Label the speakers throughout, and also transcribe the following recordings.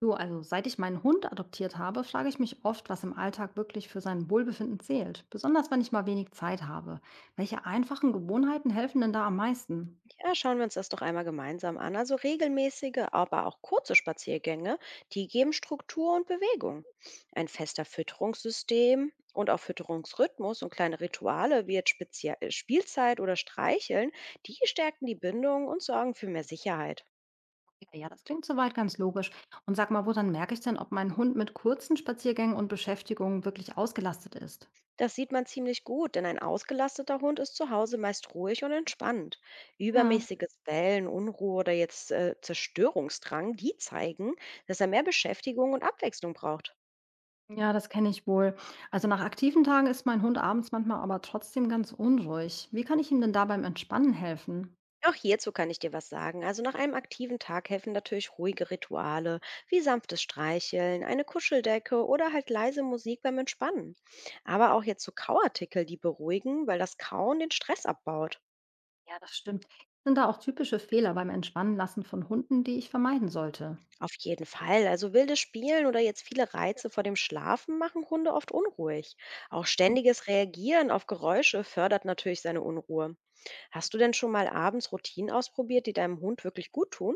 Speaker 1: Du, also seit ich meinen Hund adoptiert habe, frage ich mich oft, was im Alltag wirklich für sein Wohlbefinden zählt. Besonders wenn ich mal wenig Zeit habe. Welche einfachen Gewohnheiten helfen denn da am meisten?
Speaker 2: Ja, schauen wir uns das doch einmal gemeinsam an. Also regelmäßige, aber auch kurze Spaziergänge, die geben Struktur und Bewegung. Ein fester Fütterungssystem und auch Fütterungsrhythmus und kleine Rituale wie jetzt Spielzeit oder Streicheln, die stärken die Bindung und sorgen für mehr Sicherheit.
Speaker 1: Ja, ja, das klingt soweit ganz logisch. Und sag mal, woran merke ich denn, ob mein Hund mit kurzen Spaziergängen und Beschäftigungen wirklich ausgelastet ist?
Speaker 2: Das sieht man ziemlich gut, denn ein ausgelasteter Hund ist zu Hause meist ruhig und entspannt.
Speaker 1: Ja.
Speaker 2: Übermäßiges Bellen, Unruhe oder jetzt Zerstörungsdrang, die zeigen, dass er mehr Beschäftigung und Abwechslung braucht.
Speaker 1: Ja, das kenne ich wohl. Also nach aktiven Tagen ist mein Hund abends manchmal aber trotzdem ganz unruhig. Wie kann ich ihm denn da beim Entspannen helfen?
Speaker 2: Auch hierzu kann ich dir was sagen. Also nach einem aktiven Tag helfen natürlich ruhige Rituale wie sanftes Streicheln, eine Kuscheldecke oder halt leise Musik beim Entspannen. Aber auch jetzt so Kauartikel, die beruhigen, weil das Kauen den Stress abbaut.
Speaker 1: Ja, das stimmt. Sind da auch typische Fehler beim Entspannenlassen von Hunden, die ich vermeiden sollte?
Speaker 2: Auf jeden Fall. Also wildes Spielen oder jetzt viele
Speaker 1: Ja.
Speaker 2: Reize vor dem Schlafen machen Hunde oft unruhig. Auch ständiges Reagieren auf Geräusche fördert natürlich seine Unruhe. Hast du denn schon mal abends Routinen ausprobiert, die deinem Hund wirklich gut tun?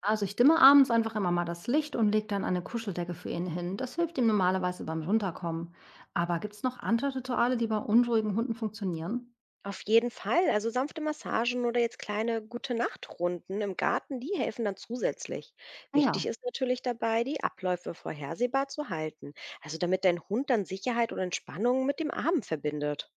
Speaker 1: Also ich dimme abends einfach immer mal das Licht und lege dann eine Kuscheldecke für ihn hin. Das hilft ihm normalerweise beim Runterkommen. Aber gibt es noch andere Rituale, die bei unruhigen Hunden funktionieren?
Speaker 2: Auf jeden Fall. Also sanfte Massagen oder jetzt kleine Gute-Nacht-Runden im Garten, die helfen dann zusätzlich. Wichtig
Speaker 1: Ja,
Speaker 2: ist natürlich dabei, die Abläufe vorhersehbar zu halten. Also damit dein Hund dann Sicherheit und Entspannung mit dem Abend verbindet.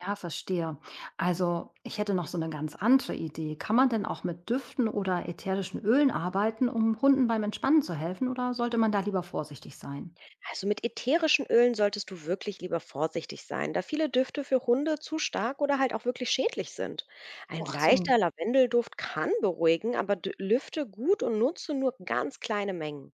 Speaker 1: ja, verstehe. Also ich hätte noch so eine ganz andere Idee. Kann man denn auch mit Düften oder ätherischen Ölen arbeiten, um Hunden beim Entspannen zu helfen? Oder sollte man da lieber vorsichtig sein?
Speaker 2: Also mit ätherischen Ölen solltest du wirklich lieber vorsichtig sein, da viele Düfte für Hunde zu stark oder halt auch wirklich schädlich sind. Ein
Speaker 1: Oh, ach so,
Speaker 2: leichter Lavendelduft kann beruhigen, aber lüfte gut und nutze nur ganz kleine Mengen.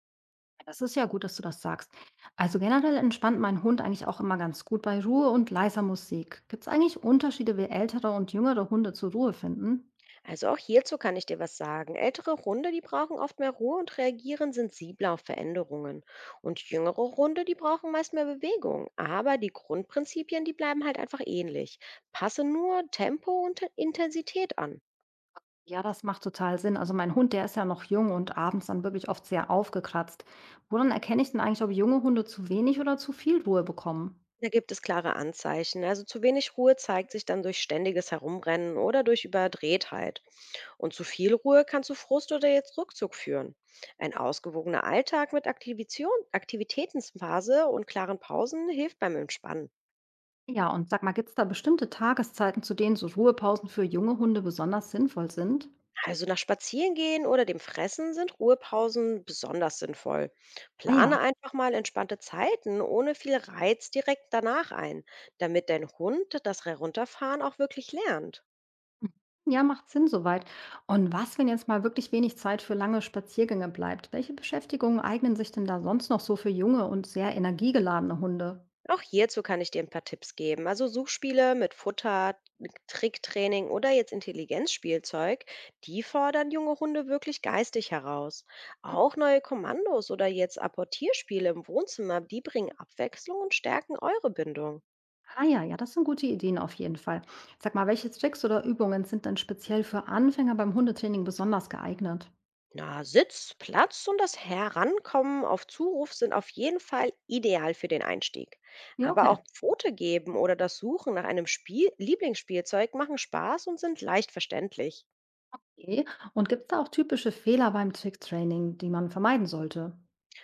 Speaker 1: das ist ja gut, dass du das sagst. Also generell entspannt mein Hund eigentlich auch immer ganz gut bei Ruhe und leiser Musik. Gibt es eigentlich Unterschiede, wie ältere und jüngere Hunde zur Ruhe finden?
Speaker 2: Also auch hierzu kann ich dir was sagen. Ältere Hunde, die brauchen oft mehr Ruhe und reagieren sensibler auf Veränderungen. Und jüngere Hunde, die brauchen meist mehr Bewegung. Aber die Grundprinzipien, die bleiben halt einfach ähnlich. Passe nur Tempo und Intensität an.
Speaker 1: Ja, das macht total Sinn. Also mein Hund, der ist ja noch jung und abends dann wirklich oft sehr aufgekratzt. Woran erkenne ich denn eigentlich, ob junge Hunde zu wenig oder zu viel Ruhe bekommen?
Speaker 2: Da gibt es klare Anzeichen. Also zu wenig Ruhe zeigt sich dann durch ständiges Herumrennen oder durch Überdrehtheit. Und zu viel Ruhe kann zu Frust oder jetzt Rückzug führen. Ein ausgewogener Alltag mit Aktivitätenphase und klaren Pausen hilft beim Entspannen.
Speaker 1: Ja, und sag mal, gibt es da bestimmte Tageszeiten, zu denen so Ruhepausen für junge Hunde besonders sinnvoll sind?
Speaker 2: Also nach Spazierengehen oder dem Fressen sind Ruhepausen besonders sinnvoll.
Speaker 1: Ah
Speaker 2: Plane
Speaker 1: ja,
Speaker 2: einfach mal entspannte Zeiten ohne viel Reiz direkt danach ein, damit dein Hund das Herunterfahren auch wirklich lernt.
Speaker 1: ja, macht Sinn soweit. Und was, wenn jetzt mal wirklich wenig Zeit für lange Spaziergänge bleibt? Welche Beschäftigungen eignen sich denn da sonst noch so für junge und sehr energiegeladene Hunde?
Speaker 2: Auch hierzu kann ich dir ein paar Tipps geben. Also Suchspiele mit Futter, mit Tricktraining oder jetzt Intelligenzspielzeug, die fordern junge Hunde wirklich geistig heraus. Auch neue Kommandos oder jetzt Apportierspiele im Wohnzimmer, die bringen Abwechslung und stärken eure Bindung.
Speaker 1: Ah ja, ja, das sind gute Ideen auf jeden Fall. Sag mal, welche Tricks oder Übungen sind denn speziell für Anfänger beim Hundetraining besonders geeignet?
Speaker 2: Na, Sitz, Platz und das Herankommen auf Zuruf sind auf jeden Fall ideal für den Einstieg.
Speaker 1: Ja,
Speaker 2: Aber
Speaker 1: okay.
Speaker 2: auch Pfote geben oder das Suchen nach einem Spiel Lieblingsspielzeug machen Spaß und sind leicht verständlich.
Speaker 1: Okay. Und gibt es da auch typische Fehler beim Tricktraining, die man vermeiden sollte?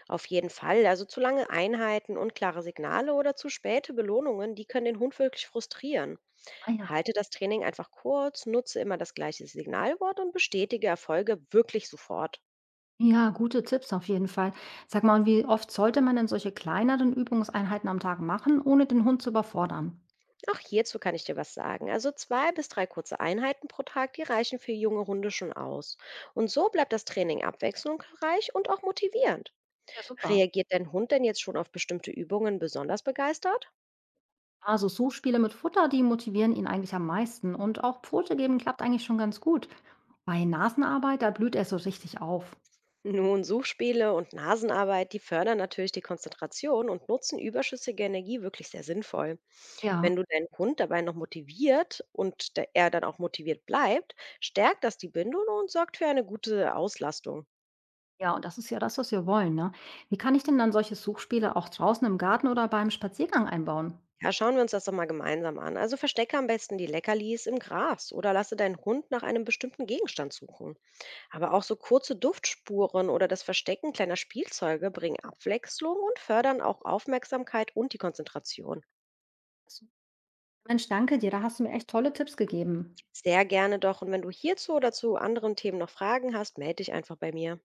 Speaker 2: Auf jeden Fall. Also zu lange Einheiten, unklare Signale oder zu späte Belohnungen, die können den Hund wirklich frustrieren.
Speaker 1: Ah ja.
Speaker 2: Halte das Training einfach kurz, nutze immer das gleiche Signalwort und bestätige Erfolge wirklich sofort.
Speaker 1: Ja, gute Tipps auf jeden Fall. Sag mal, und wie oft sollte man denn solche kleineren Übungseinheiten am Tag machen, ohne den Hund zu überfordern?
Speaker 2: Auch hierzu kann ich dir was sagen. Also zwei bis drei kurze Einheiten pro Tag, die reichen für junge Hunde schon aus. Und so bleibt das Training abwechslungsreich und auch motivierend.
Speaker 1: Ja, super.
Speaker 2: Reagiert dein Hund denn jetzt schon auf bestimmte Übungen besonders begeistert?
Speaker 1: Also Suchspiele mit Futter, die motivieren ihn eigentlich am meisten. Und auch Pfote geben klappt eigentlich schon ganz gut. Bei Nasenarbeit, da blüht er so richtig auf.
Speaker 2: Nun, Suchspiele und Nasenarbeit, die fördern natürlich die Konzentration und nutzen überschüssige Energie wirklich sehr sinnvoll. Wenn
Speaker 1: Ja,
Speaker 2: du deinen Hund dabei noch motiviert und er dann auch motiviert bleibt, stärkt das die Bindung und sorgt für eine gute Auslastung.
Speaker 1: ja, und das ist ja das, was wir wollen. Ne? Wie kann ich denn dann solche Suchspiele auch draußen im Garten oder beim Spaziergang einbauen?
Speaker 2: Ja, schauen wir uns das doch mal gemeinsam an. Also verstecke am besten die Leckerlis im Gras oder lasse deinen Hund nach einem bestimmten Gegenstand suchen. Aber auch so kurze Duftspuren oder das Verstecken kleiner Spielzeuge bringen Abwechslung und fördern auch Aufmerksamkeit und die Konzentration.
Speaker 1: Mensch, danke dir, da hast du mir echt tolle Tipps gegeben.
Speaker 2: Sehr gerne doch. Und wenn du hierzu oder zu anderen Themen noch Fragen hast, melde dich einfach bei mir.